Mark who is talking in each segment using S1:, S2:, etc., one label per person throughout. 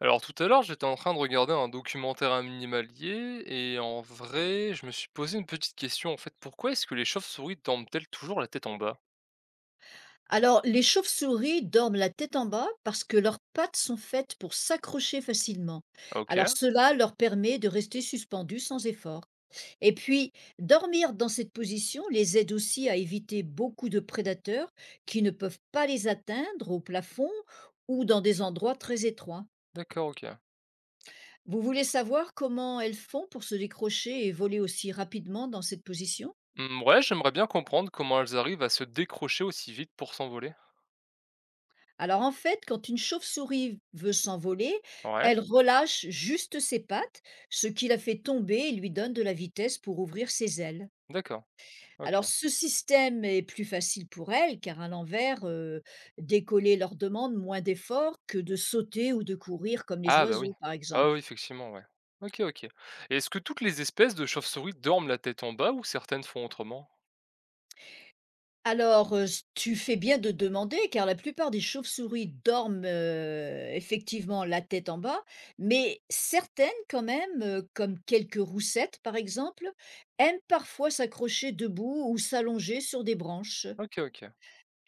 S1: Alors tout à l'heure, j'étais en train de regarder un documentaire animalier et en vrai, je me suis posé une petite question en fait, pourquoi est-ce que les chauves-souris dorment-elles toujours la tête en bas?
S2: Alors, les chauves-souris dorment la tête en bas parce que leurs pattes sont faites pour s'accrocher facilement.
S1: Ah,
S2: Alors,
S1: ok,
S2: cela leur permet de rester suspendus sans effort. Et puis, dormir dans cette position les aide aussi à éviter beaucoup de prédateurs qui ne peuvent pas les atteindre au plafond ou dans des endroits très étroits.
S1: d'accord, ok.
S2: Vous voulez savoir comment elles font pour se décrocher et voler aussi rapidement dans cette position.
S1: Ouais, j'aimerais bien comprendre comment elles arrivent à se décrocher aussi vite pour s'envoler.
S2: Alors en fait, quand une chauve-souris veut s'envoler,
S1: Ouais,
S2: elle relâche juste ses pattes, ce qui la fait tomber et lui donne de la vitesse pour ouvrir ses ailes.
S1: d'accord, ok.
S2: Alors ce système est plus facile pour elle car à l'envers, décoller leur demande moins d'efforts que de sauter ou de courir comme les
S1: Ah bah oui.
S2: oiseaux par
S1: Ah
S2: exemple.
S1: oui, effectivement, ouais. Ok, ok. Et est-ce que toutes les espèces de chauves-souris dorment la tête en bas ou certaines font autrement?
S2: Alors, s tu fais bien de demander car la plupart des chauves-souris dorment, effectivement la tête en bas, mais certaines quand même, comme quelques roussettes par exemple, aiment parfois s'accrocher debout ou s'allonger sur des branches.
S1: Ok, ok.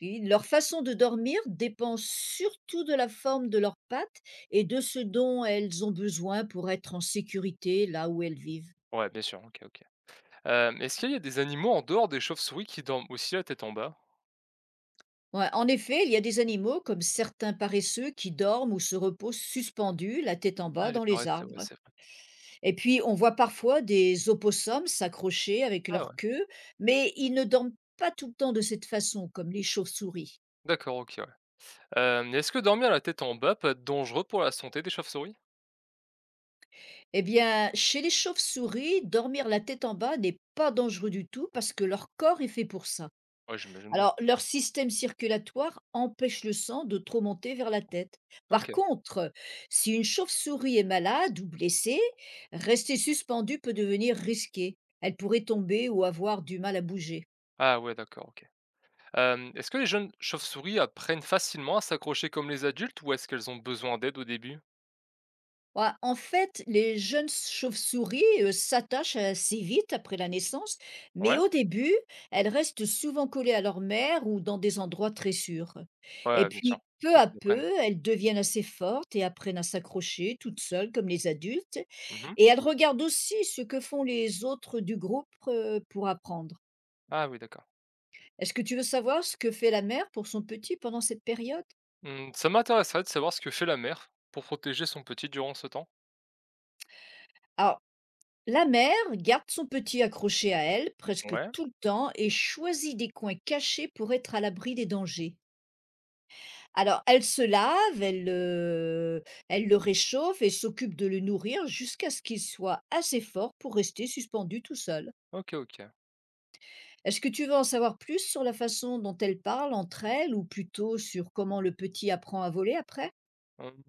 S2: Oui, leur façon de dormir dépend surtout de la forme de leurs pattes et de ce dont elles ont besoin pour être en sécurité là où elles vivent.
S1: Ouais, bien sûr, ok, ok. Est-ce qu'il y a des animaux en dehors des chauves-souris qui dorment aussi la tête en bas?
S2: Ouais, en effet, il y a des animaux comme certains paresseux qui dorment ou se reposent suspendus, la tête en bas,
S1: Ah, les
S2: dans les
S1: paresseux, ouais,
S2: arbres.
S1: c'est vrai.
S2: Et puis, on voit parfois des opossums s'accrocher avec
S1: Ah
S2: leur
S1: ouais,
S2: queue, mais ils ne dorment pas tout le temps de cette façon, comme les chauves-souris.
S1: d'accord, ok, ouais. Est-ce que dormir la tête en bas peut être dangereux pour la santé des chauves-souris?
S2: Eh bien, chez les chauves-souris, dormir la tête en bas n'est pas dangereux du tout parce que leur corps est fait pour ça.
S1: Ouais, j'imagine bien.
S2: Alors, leur système circulatoire empêche le sang de trop monter vers la tête. Par
S1: Ok.
S2: contre, si une chauve-souris est malade ou blessée, rester suspendue peut devenir risqué. Elle pourrait tomber ou avoir du mal à bouger.
S1: Ah ouais, d'accord, ok. Est-ce que les jeunes chauves-souris apprennent facilement à s'accrocher comme les adultes ou est-ce qu'elles ont besoin d'aide au début?
S2: Ouais, en fait, les jeunes chauves-souris s'attachent assez vite après la naissance, mais
S1: Ouais?
S2: au début, elles restent souvent collées à leur mère ou dans des endroits très sûrs. Et
S1: Ouais, bien sûr,
S2: puis, peu
S1: faut
S2: à
S1: qu'ils apprennent.
S2: peu, elles deviennent assez fortes et apprennent à s'accrocher toutes seules comme les adultes.
S1: Mmh.
S2: Et elle regarde aussi ce que font les autres du groupe, pour apprendre.
S1: Ah oui, d'accord.
S2: Est-ce que tu veux savoir ce que fait la mère pour son petit pendant cette période?
S1: Mmh, ça m'intéresserait de savoir ce que fait la mère pour protéger son petit durant ce temps.
S2: Alors, la mère garde son petit accroché à elle presque
S1: Ouais,
S2: tout le temps et choisit des coins cachés pour être à l'abri des dangers. Alors elle se lave, elle le réchauffe et s'occupe de le nourrir jusqu'à ce qu'il soit assez fort pour rester suspendu tout seul.
S1: ok, ok.
S2: Est-ce que tu veux en savoir plus sur la façon dont elles parlent entre elles ou plutôt sur comment le petit apprend à voler après?
S1: Hem,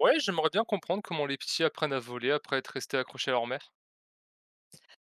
S1: ouais, j'aimerais bien comprendre comment les petits apprennent à voler après être restés accrochés à leur mère.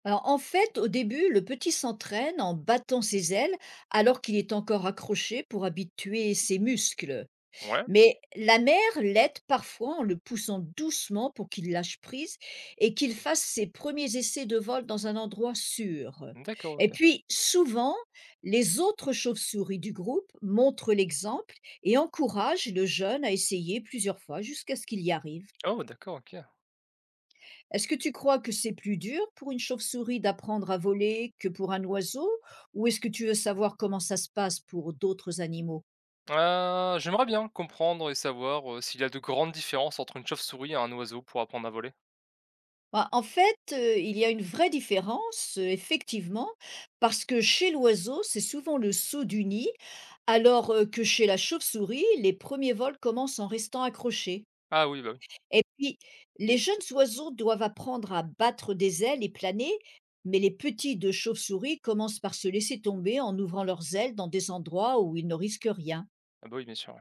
S2: Alors en fait, au début, le petit s'entraîne en battant ses ailes alors qu'il est encore accroché pour habituer ses muscles.
S1: Ouais,
S2: Mais la mère l'aide parfois en le poussant doucement pour qu'il lâche prise et qu'il fasse ses premiers essais de vol dans un endroit sûr.
S1: d'accord,
S2: Et
S1: ok.
S2: puis, souvent, les autres chauves-souris du groupe montrent l'exemple et encouragent le jeune à essayer plusieurs fois jusqu'à ce qu'il y arrive.
S1: Oh, d'accord, ok.
S2: Est-ce que tu crois que c'est plus dur pour une chauve-souris d'apprendre à voler que pour un oiseau, ou est-ce que tu veux savoir comment ça se passe pour d'autres animaux?
S1: J'aimerais bien comprendre et savoir, s'il y a de grandes différences entre une chauve-souris et un oiseau pour apprendre à voler.
S2: Bah, en fait, il y a une vraie différence, effectivement, parce que chez l'oiseau, c'est souvent le saut du nid, alors, que chez la chauve-souris, les premiers vols commencent en restant accrochés.
S1: Ah oui, bah oui.
S2: Et puis, les jeunes oiseaux doivent apprendre à battre des ailes et planer, mais les petits de chauve-souris commencent par se laisser tomber en ouvrant leurs ailes dans des endroits où ils ne risquent rien.
S1: Ah bah oui, bien sûr, ouais.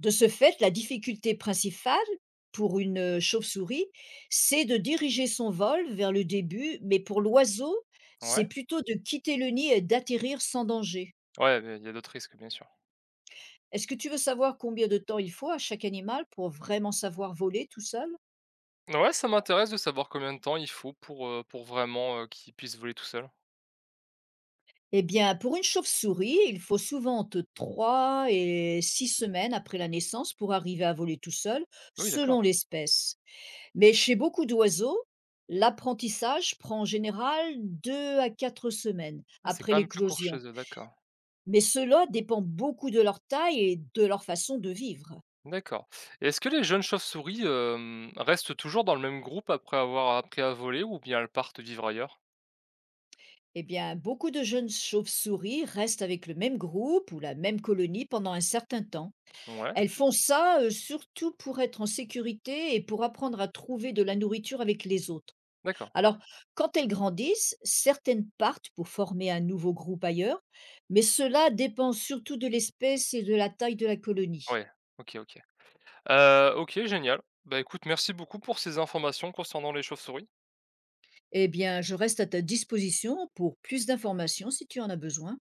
S2: De ce fait, la difficulté principale pour une chauve-souris, c'est de diriger son vol vers le début, mais pour l'oiseau, c'est
S1: Ouais,
S2: plutôt de quitter le nid et d'atterrir sans danger.
S1: ouais, beh, il y a d'autres risques, bien sûr.
S2: Est-ce que tu veux savoir combien de temps il faut à chaque animal pour vraiment savoir voler tout seul?
S1: Ouais, ça m'intéresse de savoir combien de temps il faut pour vraiment, qu'ils puissent voler tout seuls.
S2: Eh bien, pour une chauve-souris, il faut souvent entre 3 et 6 semaines après la naissance pour arriver à voler tout seul,
S1: Ah oui,
S2: selon
S1: d'accord.
S2: l'espèce. Mais chez beaucoup d'oiseaux, l'apprentissage prend en général 2 à 4 semaines
S1: Ah, c'est
S2: après
S1: quand même plus court chez
S2: l'éclosion,
S1: eux, d'accord.
S2: mais cela dépend beaucoup de leur taille et de leur façon de vivre.
S1: D'accord, et est-ce que les jeunes chauves-souris, restent toujours dans le même groupe après avoir appris à voler ou bien elles partent vivre ailleurs?
S2: Eh bien, beaucoup de jeunes chauves-souris restent avec le même groupe ou la même colonie pendant un certain temps.
S1: Ouais,
S2: Elles font ça surtout pour être en sécurité et pour apprendre à trouver de la nourriture avec les autres.
S1: d'accord.
S2: Alors, quand elles grandissent, certaines partent pour former un nouveau groupe ailleurs, mais cela dépend surtout de l'espèce et de la taille de la colonie.
S1: Ouais, ok, ok. Ok, génial. Bah, écoute, merci beaucoup pour ces informations concernant les chauves-souris.
S2: Eh bien, je reste à ta disposition pour plus d'informations si tu en as besoin.